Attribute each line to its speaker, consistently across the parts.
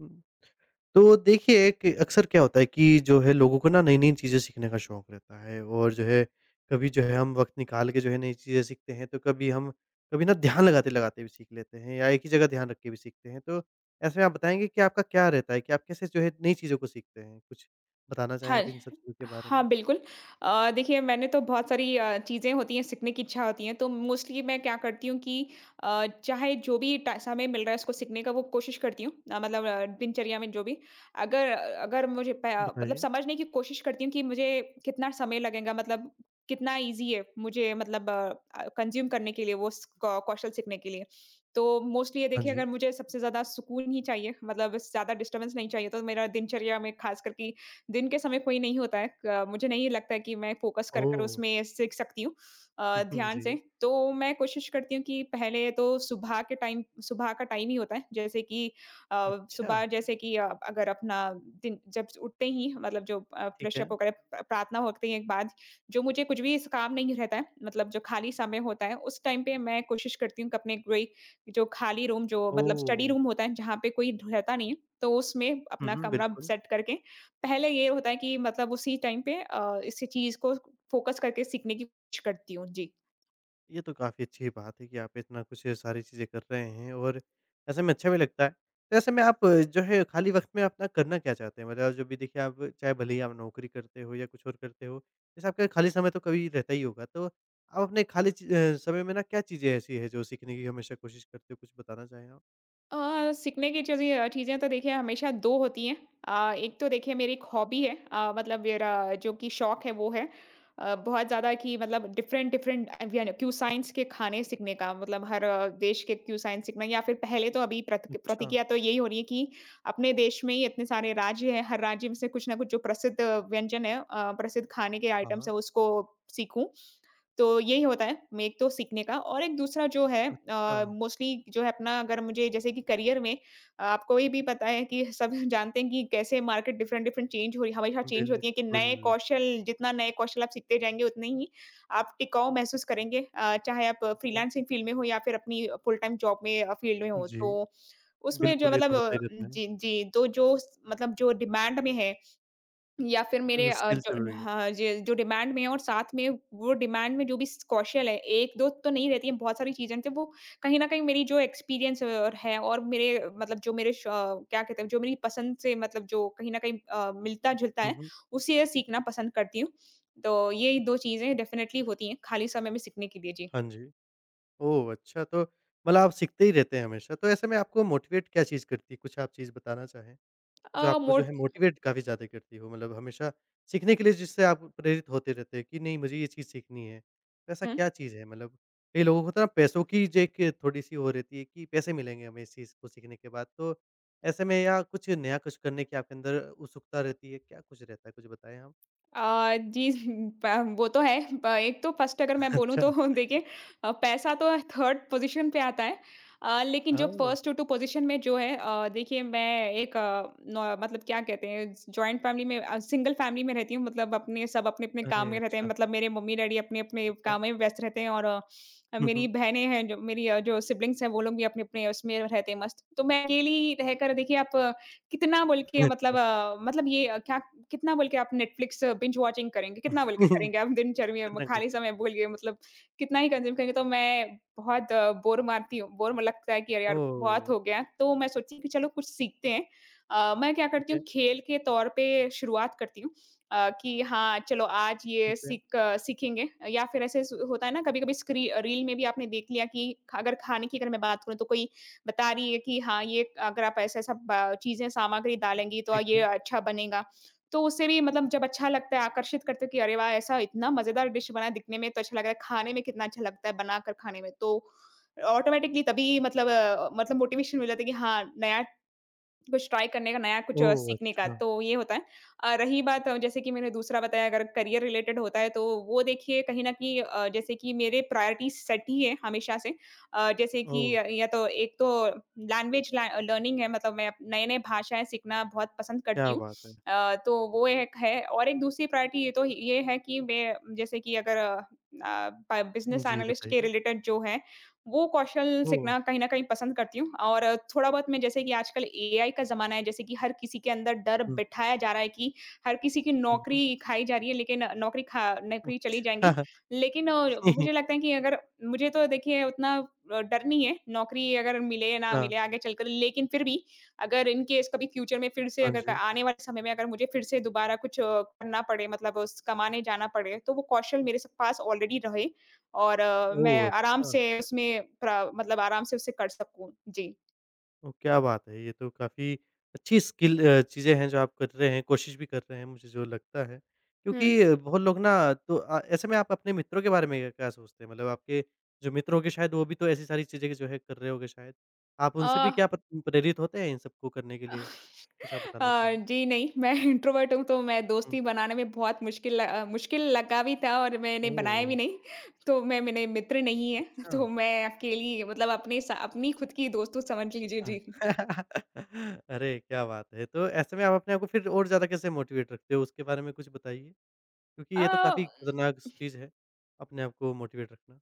Speaker 1: हुँ। तो देखिए कि अक्सर क्या होता है कि जो है लोगों को ना नई-नई चीज़ें सीखने का शौक रहता है और जो है कभी जो है हम वक़्त निकाल के जो है नई चीज़ें सीखते हैं, तो कभी हम कभी ना ध्यान लगाते-लगाते भी सीख लेते हैं या एक ही जगह ध्यान रख के भी सीखते हैं। तो ऐसे में आप बताएँगे कि आपका क्या रहता है कि आप कैसे जो है नई चीज़ों को सीखते हैं? कुछ बताना चाहें
Speaker 2: हाँ,
Speaker 1: आप इन सब चीज़ों के बारे
Speaker 2: हाँ,
Speaker 1: में?
Speaker 2: बिल्कुल। देखिए मैंने तो बहुत सारी चीज़ें होती हैं, सीखने की इच्छा होती है, तो मोस्टली मैं क्या करती हूँ कि चाहे जो भी टा समय मिल रहा है उसको सीखने का वो कोशिश करती हूँ। मतलब दिनचर्या में जो भी अगर अगर मुझे प मतलब
Speaker 1: बताइए।
Speaker 2: समझने की कोशिश करती हूँ कि मुझे कितना समय लगेगा मतलब कितना ईज़ी है मुझे मतलब कंज़्यूम करने के लिए वो स कौ कौशल सीखने के लिए। तो मोस्टली ये
Speaker 1: हाँ
Speaker 2: देखिए
Speaker 1: जी।
Speaker 2: अगर मुझे सबसे ज़्यादा सुकून ही चाहिए मतलब ज़्यादा डिस्टर्बेंस नहीं चाहिए तो मेरा दिनचर्या में ख़ास करके दिन के समय कोई नहीं होता है क मुझे नहीं लगता है कि मैं फ़ोकस कर कर
Speaker 1: ओह!
Speaker 2: उसमें सीख सकती हूँ
Speaker 1: हुँ, हुँ।
Speaker 2: ध्यान से।
Speaker 1: जी।
Speaker 2: तो मैं कोशिश करती हूँ कि पहले तो सुबह का टाइम ही होता है। जैसे कि
Speaker 1: अच्छा,
Speaker 2: सुबह जैसे कि अगर अपना दिन जब उठते ही मतलब जो
Speaker 1: ठीक
Speaker 2: फ्रेश
Speaker 1: है।
Speaker 2: अप होकर प प्रार्थना होती है के बाद जो मुझे कुछ भी इस काम नहीं रहता है, मतलब जो खाली समय होता है, उस टाइम पे मैं कोशिश करती हूँ कि अपने कोई जो खाली रूम जो मतलब स्टडी
Speaker 1: ओह!
Speaker 2: रूम होता है, जहाँ पे कोई रहता नहीं है, तो उसमें
Speaker 1: हुँ,
Speaker 2: अपना
Speaker 1: हुँ।
Speaker 2: कमरा
Speaker 1: बिल्कुल।
Speaker 2: सेट करके पहले ये होता है कि मतलब उसी टाइम पे इसी चीज़ को फ़ोकस करके सीखने की कोशिश करती हूँ। जी।
Speaker 1: ये तो काफ़ी अच्छी बात है कि आप इतना कुछ सारी चीज़ें कर रहे हैं और ऐसे में अच्छा भी लगता है। तो ऐसे में आप जो है खाली वक़्त में अपना करना क्या चाहते हैं? मतलब जो भी देखिए आप चाहे भले ही आप नौकरी करते हो या कुछ और करते हो, जैसे आपका खाली समय तो कभी रहता ही होगा। तो आप अपने खाली समय में ना क्या चीज़ें ऐसी हैं जो सीखने की हमेशा कोशिश करते हो? कुछ बताना चाहें आप?
Speaker 2: अ, सीखने की चीज़ें अ, चीज़ें तो देखिए हमेशा 2 होती हैं। एक तो देखिए मेरी एक हॉबी है, मतलब मेरा जो कि शौक है वो है बहुत ज़्यादा कि मतलब डिफ़रेंट डिफ़रेंट अवियन क्यूसाइंस के खाने सीखने का मतलब हर देश के क्यूसाइंस सीखना या फिर पहले तो अभी
Speaker 1: अच्छा,
Speaker 2: प्रतिक्रिया तो यही हो रही है कि अपने देश में ही इतने सारे राज्य हैं, हर राज्य में से कुछ ना कुछ जो प्रसिद्ध व्यंजन है, प्रसिद्ध खाने के आइटम्स
Speaker 1: हाँ।
Speaker 2: हैं उसको सीखूँ। तो यही होता है मे एक तो सीखने का और एक दूसरा जो है
Speaker 1: अच्छा,
Speaker 2: मोस्टली जो है अपना अगर मुझे जैसे कि करियर में, आपको ये भी पता है कि सब जानते हैं कि कैसे मार्केट डिफरेंट डिफरेंट चेंज हो रही हमेशा चेंज होती है कि
Speaker 1: बिल्कुल।
Speaker 2: नए कौशल जितना नए कौशल आप सीखते जाएंगे उतने ही आप टिकाऊ महसूस करेंगे, चाहे आप
Speaker 1: ठीक है।
Speaker 2: फ्रीलांसिंग फील्ड में हो या फिर अपनी फुल टाइम जॉब में फील्ड में हो।
Speaker 1: जी,
Speaker 2: तो उसमें जो
Speaker 1: बिल्कुल ये
Speaker 2: मतलब
Speaker 1: तो होता
Speaker 2: अ,
Speaker 1: ही रहता है।
Speaker 2: जी जी तो जो मतलब जो डिमांड में है या फिर मेरे अ,
Speaker 1: स्किल
Speaker 2: जो
Speaker 1: चल रही है।
Speaker 2: हाँ, जे जो डिमांड में है और साथ में वो डिमांड में जो भी स कौशल है, 1-2 तो नहीं रहती है, बहुत सारी चीज़ें तो वो कहीं न कहीं मेरी जो एक्सपीरियंस है और मेरे मतलब जो मेरे श अ, क्या कहते हैं, जो मेरी पसंद से मतलब जो कहीं न कहीं मिलता-जुलता
Speaker 1: हुँ,
Speaker 2: है,
Speaker 1: हुँ।
Speaker 2: उसे सीखना पसंद करती हूँ। तो ये 2 चीज़ें डेफ़िनिटली होती हैं, खाली समय में सीखने के लिए। जी।
Speaker 1: हाँ जी। ओह! अच्छा तो मतलब आप सीखते ही रहते हैं हमेशा, तो ऐसे में आपको मोटिवेट क्या चीज़ करती है? कुछ आप चीज़ बताना चाहें, जो
Speaker 2: अ,
Speaker 1: आपको जो
Speaker 2: मोड
Speaker 1: है मोटिवेट काफ़ी ज़्यादा करती हो? मतलब हमेशा सीखने के लिए जिससे आप प्रेरित होते रहते हैं कि नहीं मुझे ये चीज़ सीखनी है, तो ऐसा
Speaker 2: हुँ।
Speaker 1: क्या चीज़ है? मतलब कई लोगों को होता है ना पैसों की जो एक थोड़ी-सी वो रहती है कि पैसे मिलेंगे हमें इस चीज़ को सीखने के बाद, तो ऐसे में या कुछ नया कुछ करने की आपके अंदर उत्सुकता रहती है, क्या कुछ रहता है? कुछ बताएँ आप?
Speaker 2: जी प वो तो है। प एक तो फर्स्ट अगर मैं बोलूँ
Speaker 1: अच्छा,
Speaker 2: तो देखिए पैसा तो थर्ड पोज़ीशन पे आता है। लेकिन जो
Speaker 1: ओह!
Speaker 2: फर्स्ट टू पोज़ीशन में जो है, देखिए मैं एक अ, नॉ मतलब क्या कहते हैं जॉइंट फ़ैमिली में अ, सिंगल फ़ैमिली में रहती हूँ। मतलब अपने सब अपने-अपने काम
Speaker 1: अरे
Speaker 2: में रहते हैं।
Speaker 1: अच्छा,
Speaker 2: मतलब मेरे मम्मी-डैडी अपने-अपने
Speaker 1: ठीक है।
Speaker 2: काम में व्यस्त रहते हैं और
Speaker 1: हुँ,
Speaker 2: मेरी
Speaker 1: हुँ।
Speaker 2: बहनें हैं जो मेरी जो सिब्लिंग्स हैं वो लोग भी अपने-अपने उसमें रहते हैं मस्त। तो मैं अकेली रहकर देखिए आप कितना बोल के मतलब
Speaker 1: अच्छा,
Speaker 2: अ, मतलब ये अ, क्या कितना बोल के आप नेटफ्लिक्स बिंज वॉचिंग करेंगे? कितना बोल के करेंगे आप दिनचर्या में
Speaker 1: कितना कर
Speaker 2: खाली समय
Speaker 1: सकते
Speaker 2: बोल
Speaker 1: हैं?
Speaker 2: के मतलब कितना ही कंज़्यूम करेंगे? तो मैं बहुत बोर मारती हूँ, बोर म लगता है कि अरे यार! बहुत
Speaker 1: ओह!
Speaker 2: हो गया। तो मैं सोचती हूँ कि चलो कुछ सीखते हैं। मैं क्या
Speaker 1: ठीक
Speaker 2: करती
Speaker 1: है,
Speaker 2: हूँ खेल के तौर पे शुरुआत करती हूँ, कि हाँ, चलो आज ये
Speaker 1: ठीक है,
Speaker 2: सीखेंगे या फिर ऐसे स होता है ना कभी-कभी स्क्री रील में भी आपने देख लिया कि अगर खाने की अगर मैं बात करूँ तो कोई बता रही है कि हाँ, ये अगर आप ऐसा-ऐसा ब चीज़ें सामग्री डालेंगी तो
Speaker 1: ठीक
Speaker 2: ये
Speaker 1: है।
Speaker 2: अच्छा बनेगा। तो उससे भी मतलब जब अच्छा लगता है, आकर्षित करते हो कि अरे वाह! ऐसा इतना मज़ेदार डिश बना है, दिखने में तो अच्छा लग रहा है, खाने में कितना अच्छा लगता है बनाकर खाने में। तो ऑटोमैटिकली तभी मोटिवेशन मिल जाता है कि हाँ, नया कुछ ट्राई करने का, नया कुछ
Speaker 1: ओह!
Speaker 2: सीखने का,
Speaker 1: अच्छा,
Speaker 2: तो ये होता है। रही बात, जैसे कि मैंने दूसरा बताया अगर करियर रिलेटेड होता है, तो वो देखिए कहीं न कहीं, जैसे कि मेरे प्रायोरिटीज़ सेट ही है हमेशा से।
Speaker 1: ओह!
Speaker 2: या तो एक तो लैंग्वेज ल लर्निंग है मतलब मैं नए-नए भाषाएँ सीखना बहुत पसंद करती
Speaker 1: क्या
Speaker 2: हूँ।
Speaker 1: बात है।
Speaker 2: तो वो एक है और एक दूसरी प्रायोरिटी ये है कि मैं जैसे कि अगर अ, प बिज़नेस
Speaker 1: जी,
Speaker 2: एनालिस्ट के
Speaker 1: बताइए।
Speaker 2: रिलेटेड जो है वो कौशल
Speaker 1: ओह!
Speaker 2: सीखना कहीं न कहीं पसंद करती हूँ, और थोड़ा बहुत मैं जैसे कि आजकल एआई का ज़माना है, जैसे कि हर किसी के अंदर डर
Speaker 1: हुँ,
Speaker 2: बिठाया जा रहा है कि हर किसी की
Speaker 1: हुँ, हुँ।
Speaker 2: नौकरी खाई जा रही है, लेकिन नौकरी चली जाएँगी।
Speaker 1: अच्छा,
Speaker 2: लेकिन मुझे लगता है कि अगर मुझे तो देखिए उतना डर नहीं है, नौकरी अगर मिले या ना
Speaker 1: अच्छा,
Speaker 2: मिले आगे चलकर, लेकिन फिर भी अगर इन केस कभी फ्यूचर में फिर से,
Speaker 1: हाँ
Speaker 2: अगर क
Speaker 1: जी।
Speaker 2: आने वाले समय में अगर मुझे फिर से दोबारा कुछ करना पड़े मतलब उस कमाने जाना पड़े, तो वो कौशल मेरे स पास ऑलरेडी रहे और मैं
Speaker 1: ओह!
Speaker 2: आराम
Speaker 1: अच्छा,
Speaker 2: से उसमें प्र मतलब आराम से उसे कर सकूँ। जी।
Speaker 1: ओह! क्या बात है। ये तो काफ़ी अच्छी स्किल चीज़ें हैं जो आप कर रहे हैं, कोशिश भी कर रहे हैं, मुझे जो लगता है।
Speaker 2: हुँ।
Speaker 1: क्योंकि बहुत लोग ना तो ऐसे में आप अपने मित्रों के बारे में क्या सोचते हैं? मतलब आपके जो मित्र होंगे शायद वो भी तो ऐसी सारी चीज़ें जो है कर रहे होंगे शायद। आप
Speaker 2: अ,
Speaker 1: उनसे भी क्या प प्रेरित होते हैं इन सबको करने के लिए? कुछ आप बताना चाहें?
Speaker 2: जी नहीं, मैं इंट्रोवर्ट हूँ तो मैं
Speaker 1: हुँ।
Speaker 2: दोस्ती बनाने में बहुत मुश्किल लगा भी था और मैंने बनाया
Speaker 1: ओह!
Speaker 2: भी नहीं। तो मैं मेरे मित्र नहीं हैं,
Speaker 1: अच्छा।
Speaker 2: तो मैं अकेली मतलब अपने सा अपनी खुद की दोस्त हूँ समझ लीजिए। जी।
Speaker 1: अरे, क्या बात है! तो ऐसे में आप अपने आप को फिर और ज़्यादा कैसे मोटिवेट रखते हो? उसके बारे में कुछ बताइए, क्योंकि
Speaker 2: अ
Speaker 1: ये तो काफ़ी खतरनाक स चीज़ है, अपने आप को मोटिवेट रखना।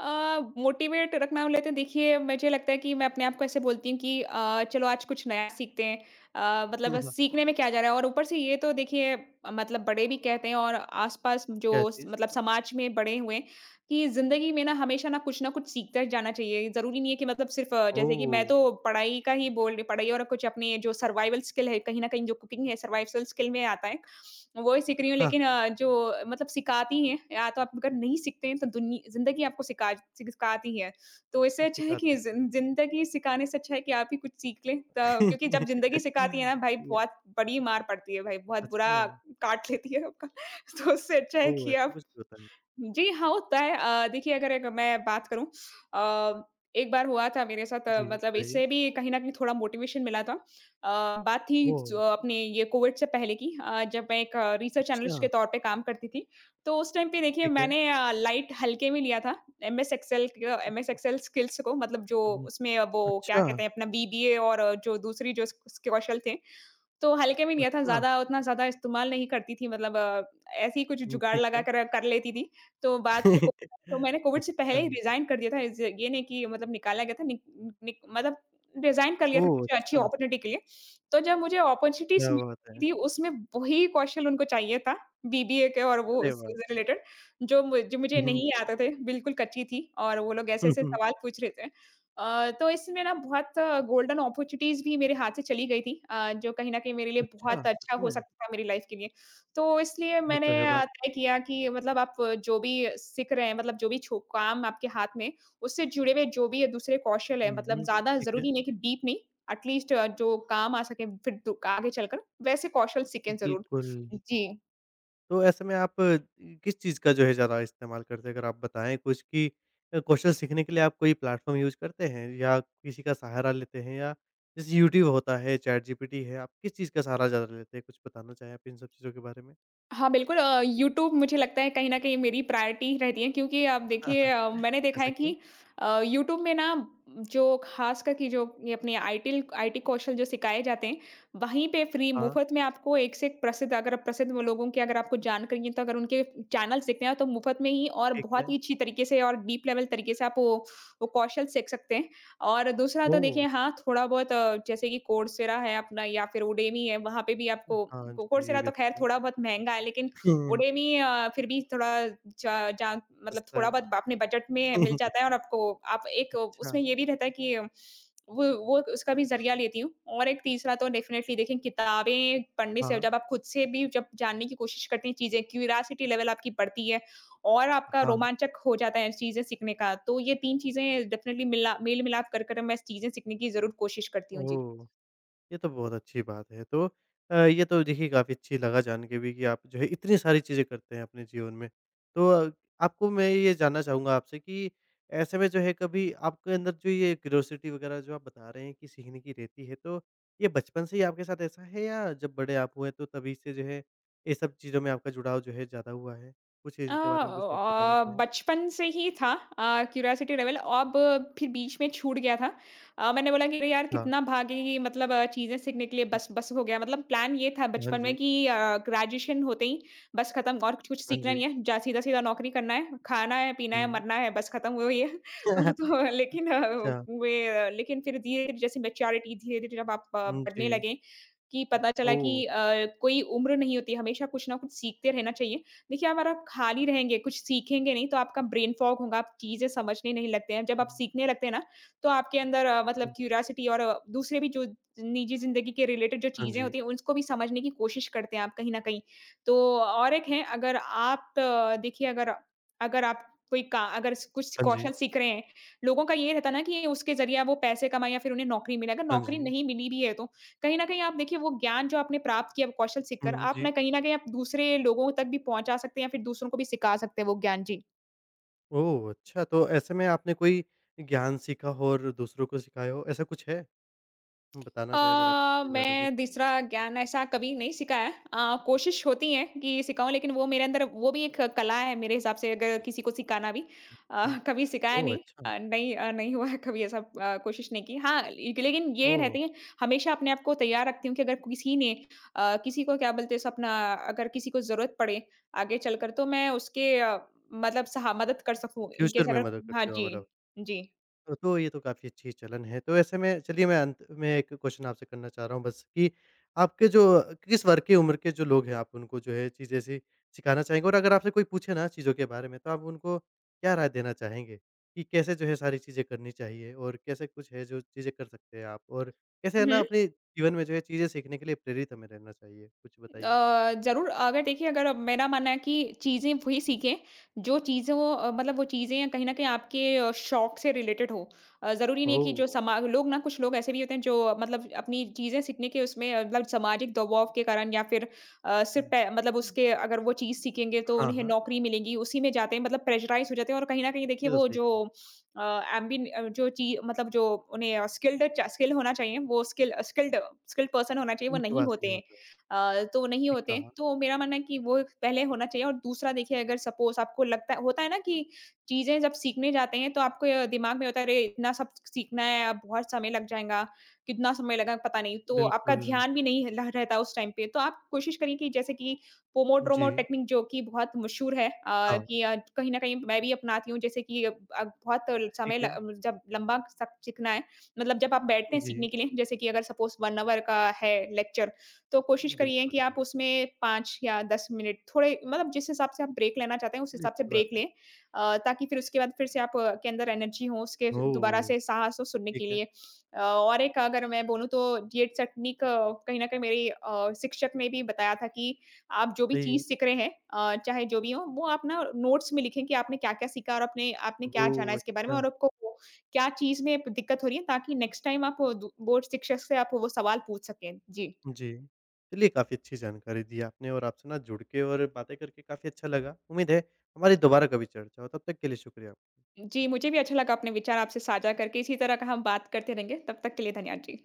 Speaker 2: मोटिवेट रखना लेते हैं, देखिए मुझे लगता है कि मैं अपने आप को ऐसे बोलती हूँ कि चलो आज कुछ नया सीखते हैं, मतलब बस सीखने में क्या जा रहा है, और ऊपर से ये तो देखिए मतलब बड़े भी कहते हैं और आसपास जो
Speaker 1: क्या चीज़?
Speaker 2: मतलब समाज में बड़े हुए हैं कि जिंदगी में ना हमेशा ना कुछ सीखते जाना चाहिए। जरूरी नहीं है कि मतलब सिर्फ जैसे कि मैं
Speaker 1: ओह!
Speaker 2: तो पढ़ाई का ही बोल रही पढ़ाई और कुछ अपने जो सर्वाइवल स्किल है कहीं ना कहीं, जो कुकिंग है सर्वाइवल स्किल में आता है वही सीख रही हूँ।
Speaker 1: हाँ,
Speaker 2: लेकिन जो मतलब सिखाती हैं, या तो आप अगर नहीं सीखते हैं तो दुनि ज़िंदगी आपको सिखाती ही है। तो इससे अच्छा है
Speaker 1: सिखा
Speaker 2: कि
Speaker 1: देती है।
Speaker 2: ज़िन ज़िंदगी सिखाने से अच्छा है कि आप ही कुछ सीख लें। त क्योंकि जब ज़िंदगी सिखाती है ना भाई,
Speaker 1: ये
Speaker 2: बहुत बड़ी मार पड़ती है भाई, बहुत
Speaker 1: सच
Speaker 2: बुरा
Speaker 1: में?
Speaker 2: काट लेती है आपका। तो उससे अच्छा है
Speaker 1: ओह!
Speaker 2: कि
Speaker 1: ऐसा
Speaker 2: आप
Speaker 1: कुछ भी होता है।
Speaker 2: जी, हाँ, होता है। देखिए अगर एक मैं बात करूँ, अ, एक बार हुआ था मेरे साथ,
Speaker 1: जी,
Speaker 2: मतलब
Speaker 1: बताइए।
Speaker 2: इससे भी कहीं न कहीं थोड़ा मोटिवेशन मिला था। बात थी
Speaker 1: ओह!
Speaker 2: ज अपने ये कोविड से पहले की, जब मैं एक रिसर्च
Speaker 1: अच्छा,
Speaker 2: एनालिस्ट के तौर पे काम करती थी। तो उस टाइम पे देखिए
Speaker 1: ठीक है।
Speaker 2: मैंने अ, लाइट हल्के में लिया था एमएस एक्सेल स्किल्स को मतलब जो
Speaker 1: उ हुँ,
Speaker 2: उसमें वो क्या
Speaker 1: अच्छा,
Speaker 2: कहते हैं अपना बीबीए, और जो दूसरी जो स स्कौशल थे तो हल्के में लिया था,
Speaker 1: अच्छा।
Speaker 2: ज़्यादा उतना ज़्यादा इस्तेमाल नहीं करती थी, मतलब ऐसे ही कुछ
Speaker 1: हुँ,
Speaker 2: जुगाड़
Speaker 1: ठीक
Speaker 2: लगा
Speaker 1: है।
Speaker 2: कर कर लेती थी। तो बात को तो मैंने कोविड से
Speaker 1: अच्छा,
Speaker 2: पहले ही रिज़ाइन कर दिया था, इज़ ये नहीं कि मतलब निकाला गया था, नि निक मतलब रिज़ाइन कर लिया था
Speaker 1: ओह!
Speaker 2: कुछ अच्छी
Speaker 1: अच्छा।
Speaker 2: अपॉर्च्युनिटी के लिए। तो जब मुझे अपॉर्च्युनिटीज़
Speaker 1: क्या बात है!
Speaker 2: मिली थी, उसमें वही कौशल उनको चाहिए था, बीबीए के और वो
Speaker 1: अरे
Speaker 2: उससे
Speaker 1: बाप रे!
Speaker 2: रिलेटेड जो मुझे
Speaker 1: हुँ,
Speaker 2: नहीं
Speaker 1: जी।
Speaker 2: आते थे, बिल्कुल कच्ची थी और वो लोग
Speaker 1: हुँ,
Speaker 2: ऐसे-ऐसे
Speaker 1: हुँ।
Speaker 2: सवाल पूछ रहे थे। तो इसमें ना बहुत गोल्डन अपॉर्च्युनिटीज़ भी मेरे हाथ से चली गई थी, जो कहीं न कहीं मेरे लिए
Speaker 1: अच्छा,
Speaker 2: बहुत
Speaker 1: सच
Speaker 2: अच्छा हो
Speaker 1: में?
Speaker 2: सकता था मेरी लाइफ़ के लिए। तो इसलिए
Speaker 1: ये
Speaker 2: मैंने
Speaker 1: तो है
Speaker 2: बिल्कुल।
Speaker 1: बात।
Speaker 2: तय किया कि मतलब आप जो भी सीख रहे हैं मतलब जो भी छो काम आपके हाथ में, उससे जुड़े हुए जो भी दूसरे कौशल हैं,
Speaker 1: हुँ,
Speaker 2: मतलब
Speaker 1: हुँ,
Speaker 2: ज़्यादा
Speaker 1: ठीक है,
Speaker 2: ज़रूरी नहीं कि डीप नहीं, एट लीस्ट जो काम आ सके फिर दु आगे चलकर वैसे कौशल सीखें ज़रूर।
Speaker 1: बिल्कुल।
Speaker 2: जी।
Speaker 1: तो ऐसे में आप किस चीज़ का जो है ज़्यादा इस्तेमाल करते हैं? अगर आप बताएँ कुछ कि कौशल सीखने के लिए आप कोई प्लेटफ़ॉर्म यूज़ करते हैं या किसी का सहारा लेते हैं या जैसे यूट्यूब होता है, चैटजीपीटी है, आप किस चीज़ का सहारा ज़्यादा लेते हैं? कुछ बताना चाहें आप इन सब चीज़ों के बारे में?
Speaker 2: हाँ, बिल्कुल यूट्यूब मुझे लगता है कहीं न कहीं मेरी प्रायोरिटी रहती है, क्योंकि आप
Speaker 1: हाँ,
Speaker 2: देखिए
Speaker 1: हाँ।
Speaker 2: मैंने देखा है
Speaker 1: ऐसा क्यों?
Speaker 2: कि यूट्यूब में ना जो ख़ासकर कि जो ये अपने आईटिल आईटी कौशल जो सिखाए जाते हैं, वहीं पे फ्री
Speaker 1: हाँ,
Speaker 2: मुफ़्त में आपको एक से एक प्रसिद्ध, अगर आप प्रसिद्ध वो लोगों की अगर आपको जानकारी है, तो अगर उनके चैनल्स दिखते हैं, तो मुफ़्त में ही और
Speaker 1: ठीक
Speaker 2: बहुत
Speaker 1: है।
Speaker 2: ही अच्छी तरीके से और डीप लेवल तरीके से आप वो कौशल सीख सकते हैं। और दूसरा तो देखिए,
Speaker 1: ओह!
Speaker 2: हाँ, थोड़ा बहुत जैसे कि कोर्सेरा है अपना या फिर उडेमी है, वहाँ पे भी आपको
Speaker 1: हाँ
Speaker 2: को
Speaker 1: जी, ये
Speaker 2: कोर्सेरा
Speaker 1: भी
Speaker 2: तो ख़ैर
Speaker 1: अच्छा है।
Speaker 2: थोड़ा बहुत महँगा है, लेकिन उडेमी फिर भी थोड़ा जा जा मतलब
Speaker 1: सस्ता
Speaker 2: थोड़ा
Speaker 1: है।
Speaker 2: बहुत अपने बजट में मिल जाता है, और आपको आप एक
Speaker 1: अच्छा।
Speaker 2: उसमें ये भी रहता है कि वो उसका भी ज़रिया लेती हूँ। और एक तीसरा तो डेफ़िनेटली देखिए, किताबें पढ़ने से
Speaker 1: हाँ,
Speaker 2: जब आप खुद से भी जब जानने की कोशिश करते हैं चीज़ें, क्यूरियोसिटी लेवल आपकी बढ़ती है। और आपका
Speaker 1: हाँ।
Speaker 2: रोमांचक हो जाता है चीज़ें सीखने का। तो ये 3 चीज़ें डेफ़िनेटली मिला मेल मिलाप कर मैं चीज़ें सीखने की ज़रूर कोशिश करती हूँ। जी।
Speaker 1: ओह! ये तो बहुत अच्छी बात है। तो ये तो देखिए काफ़ी अच्छी लगा जान के भी कि आप जो है इतनी सारी चीज़ें करते हैं अपने जीवन में। तो आपको मैं ये जानना चाहूँगा आपसे कि ऐसे में जो है कभी आपके अंदर जो ये क्यूरियोसिटी वग़ैरह जो आप बता रहे हैं कि सीखने की रहती है, तो ये बचपन से ही आपके साथ ऐसा है या जब बड़े आप हुए तो तभी से जो है ये सब चीज़ों में आपका जुड़ाव जो है ज़्यादा हुआ है? कुछ इनके बारे में कुछ आप बताना चाहें?
Speaker 2: बचपन से ही था। क्यूरियोसिटी लेवल, अब फिर बीच में छूट गया था। मैंने बोला कि अरे यार,
Speaker 1: अच्छा।
Speaker 2: कितना भागेंगी, मतलब चीज़ें सीखने के लिए
Speaker 1: हुँ,
Speaker 2: बस
Speaker 1: हुँ।
Speaker 2: बस हो गया। मतलब प्लान ये था
Speaker 1: हाँ
Speaker 2: बचपन में
Speaker 1: जी,
Speaker 2: कि ग्रेजुएशन होते ही बस खत्म, और कुछ कुछ
Speaker 1: हाँ
Speaker 2: सीखना
Speaker 1: जी।
Speaker 2: नहीं है। जा सीधा-सीधा नौकरी करना है, खाना है, पीना है,
Speaker 1: हुँ।
Speaker 2: मरना है, बस खत्म वो ही है। वो तो, लेकिन
Speaker 1: अच्छा।
Speaker 2: लेकिन फिर धीरे-धीरे जैसे मैच्योरिटी, धीरे-धीरे जब आप
Speaker 1: हुँ,
Speaker 2: बढ़ने
Speaker 1: जी।
Speaker 2: लगे कि पता चला
Speaker 1: ओह!
Speaker 2: कि कोई उम्र नहीं होती, हमेशा कुछ ना कुछ सीखते रहना चाहिए। देखिए, अगर आप खाली रहेंगे, कुछ सीखेंगे नहीं तो आपका ब्रेन फॉग होगा, आप चीज़ें समझने नहीं लगते हैं। जब
Speaker 1: हुँ,
Speaker 2: आप सीखने लगते हैं ना, तो आपके अंदर मतलब
Speaker 1: हुँ।
Speaker 2: क्यूरियोसिटी और दूसरे भी जो निजी ज़िंदगी के रिलेटेड जो
Speaker 1: हाँ
Speaker 2: चीज़ें
Speaker 1: जी,
Speaker 2: होती हैं, उसको भी समझने की कोशिश करते हैं आप कहीं न कहीं। तो और एक है, अगर आप देखिए, अगर अगर आप कोई का अगर स कुछ
Speaker 1: हाँ जी,
Speaker 2: कौशल सीख रहे हैं, लोगों का ये रहता है ना कि उसके ज़रिए वो पैसे कमाएँ या फिर उन्हें नौकरी मिले। अगर
Speaker 1: हाँ
Speaker 2: नौकरी
Speaker 1: जी।
Speaker 2: नहीं मिली भी है तो कहीं न कहीं आप देखिए वो ज्ञान जो आपने प्राप्त किया, वो कौशल सीख कर
Speaker 1: हुँ,
Speaker 2: आप
Speaker 1: जी।
Speaker 2: ना कहीं न कहीं आप दूसरे लोगों तक भी पहुँचा सकते हैं या फिर दूसरों को भी सिखा सकते हैं वो ज्ञान। जी।
Speaker 1: ओह! अच्छा तो ऐसे में आपने कोई ज्ञान सीखा हो और दूसरों को सिखाया हो, ऐसा कुछ है? बताना चाहें अगर आप इसके बारे में कुछ?
Speaker 2: मैं दूसरा ज्ञान ऐसा कभी नहीं सिखाया। कोशिश होती है कि सिखाऊँ, लेकिन वो मेरे अंदर वो भी एक कला है मेरे हिसाब से, अगर किसी को सिखाना भी।
Speaker 1: हुँ।
Speaker 2: कभी सिखाया
Speaker 1: ओह!
Speaker 2: नहीं।
Speaker 1: अच्छा।
Speaker 2: नहीं, नहीं हुआ है कभी ऐसा। कोशिश नहीं की, हाँ, लेकिन लेकिन ये
Speaker 1: ओह!
Speaker 2: रहती है, हमेशा अपने आप को तैयार रखती हूँ कि अगर किसी ने किसी को क्या बोलते हैं अपना, अगर किसी को जरूरत पड़े आगे चलकर तो मैं उसके मतलब सहा मदद कर सकूँ,
Speaker 1: फ्यूचर
Speaker 2: इनकेस
Speaker 1: में
Speaker 2: अगर।
Speaker 1: मदद
Speaker 2: हाँ
Speaker 1: करते हो
Speaker 2: जी।
Speaker 1: मतलब।
Speaker 2: जी।
Speaker 1: तो ये तो काफ़ी अच्छी चलन है। तो ऐसे में चलिए मैं अंत में एक क्वेश्चन आपसे करना चाह रहा हूँ बस कि आपके जो किस वर्ग की उम्र के जो लोग हैं आप उनको जो है चीज़ें ऐसी सिखाना चाहेंगे? और अगर आपसे कोई पूछे ना चीज़ों के बारे में तो आप उनको क्या राय देना चाहेंगे? कि कैसे जो है सारी चीज़ें करनी चाहिए और कैसे कुछ है जो चीज़ें कर सकते हैं आप? और कैसे है ना अपने जीवन में जो है चीज़ें सीखने के लिए प्रेरित हमें रहना चाहिए? कुछ बताइए।
Speaker 2: ज़रूर, अगर देखिए, अगर अब मेरा मानना है कि चीज़ें वही सीखें, जो चीज़ें वो मतलब वो चीज़ें कहीं न कहीं आपके शौक से रिलेटेड हो। ज़रूरी नहीं है कि जो
Speaker 1: ओह!
Speaker 2: समा लोग ना कुछ लोग ऐसे भी होते हैं जो मतलब अपनी चीज़ें सीखने के उसमें मतलब सामाजिक दबाव के कारण, या फिर सिर्फ़
Speaker 1: हुँ।
Speaker 2: पै मतलब उसके, अगर वो चीज़ सीखेंगे तो
Speaker 1: हाँ,
Speaker 2: उन्हें
Speaker 1: हाँ।
Speaker 2: नौकरी मिलेगी, उसी में जाते हैं, मतलब प्रेशराइज़ हो जाते हैं, और कहीं न कहीं देखिए
Speaker 1: ये तो
Speaker 2: वो
Speaker 1: सही
Speaker 2: जो
Speaker 1: कहा।
Speaker 2: अ, जो ची मतलब जो उन्हें स्किल्ड च स्किल होना चाहिए, वो स्किल्ड पर्सन होना चाहिए वो
Speaker 1: उनके
Speaker 2: नहीं
Speaker 1: पास
Speaker 2: होते
Speaker 1: नहीं
Speaker 2: हैं।
Speaker 1: होता है।
Speaker 2: तो नहीं
Speaker 1: ठीक
Speaker 2: होते हैं।
Speaker 1: कहा।
Speaker 2: तो मेरा मानना है कि वो पहले होना चाहिए। और दूसरा देखिए, अगर सपोज़ आपको लगता है, होता है ना कि चीज़ें जब सीखने जाते हैं तो आपको ये दिमाग में होता है, अरे! इतना सब सीखना है, अब बहुत समय लग जाएगा, कितना समय लगा पता नहीं। तो आपका
Speaker 1: बिल्कुल।
Speaker 2: ध्यान भी नहीं ल रहता उस टाइम पे। तो आप कोशिश करिए कि जैसे कि पोमोड्रोमो
Speaker 1: जी।
Speaker 2: टेक्निक, जो कि बहुत मशहूर है,
Speaker 1: हाँ,
Speaker 2: कि कहीं न कहीं मैं भी अपनाती हूँ, जैसे कि अब बहुत समय
Speaker 1: ठीक
Speaker 2: ल
Speaker 1: है।
Speaker 2: जब लंबा सब सीखना है, मतलब जब आप बैठते हैं सीखने
Speaker 1: जी,
Speaker 2: के लिए, जैसे कि अगर सपोज़ 1 आवर का है लेक्चर, तो कोशिश करिए
Speaker 1: बिल्कुल,
Speaker 2: कि आप
Speaker 1: बिल्कुल।
Speaker 2: उसमें 5 या 10 मिनट थोड़े, मतलब जिस हिसाब से आप ब्रेक लेना चाहते हैं, उस
Speaker 1: चलिए
Speaker 2: हिसाब से
Speaker 1: अच्छी बात
Speaker 2: ब्रेक
Speaker 1: है।
Speaker 2: लें। ताकि फिर उसके बाद फिर से आप के अंदर एनर्जी हो, उसके दोबारा
Speaker 1: ओह!
Speaker 2: से साहस हो सुनने
Speaker 1: ठीक
Speaker 2: के
Speaker 1: है,
Speaker 2: लिए। और एक अगर मैं बोलूँ तो ये टेक्निक कहीं न कहीं मेरी शिक्षक ने भी बताया था कि आप जो भी
Speaker 1: सही है।
Speaker 2: चीज़ सीख रहे हैं, चाहे जो भी हो, वो आप ना नोट्स में लिखें कि आपने क्या-क्या सीखा और आपने आपने क्या जाना
Speaker 1: ओह!
Speaker 2: इसके बारे में,
Speaker 1: अच्छा,
Speaker 2: और आपको वो क्या चीज़ में दिक्कत हो रही है, ताकि नेक्स्ट टाइम आप वो दू वो शिक्षक से आप वो सवाल पूछ सकें। जी।
Speaker 1: जी। चलिए काफ़ी अच्छी जानकारी दी आपने और आपसे ना जुड़ के और बातें करके काफ़ी अच्छा लगा। उम्मीद है हमारी दोबारा कभी चर्चा हो, तब तक के लिए शुक्रिया।
Speaker 2: जी, मुझे भी अच्छा लगा अपने विचार आपसे साझा करके। इसी तरह का हम बात करते रहेंगे। तब तक के लिए धन्यवाद जी।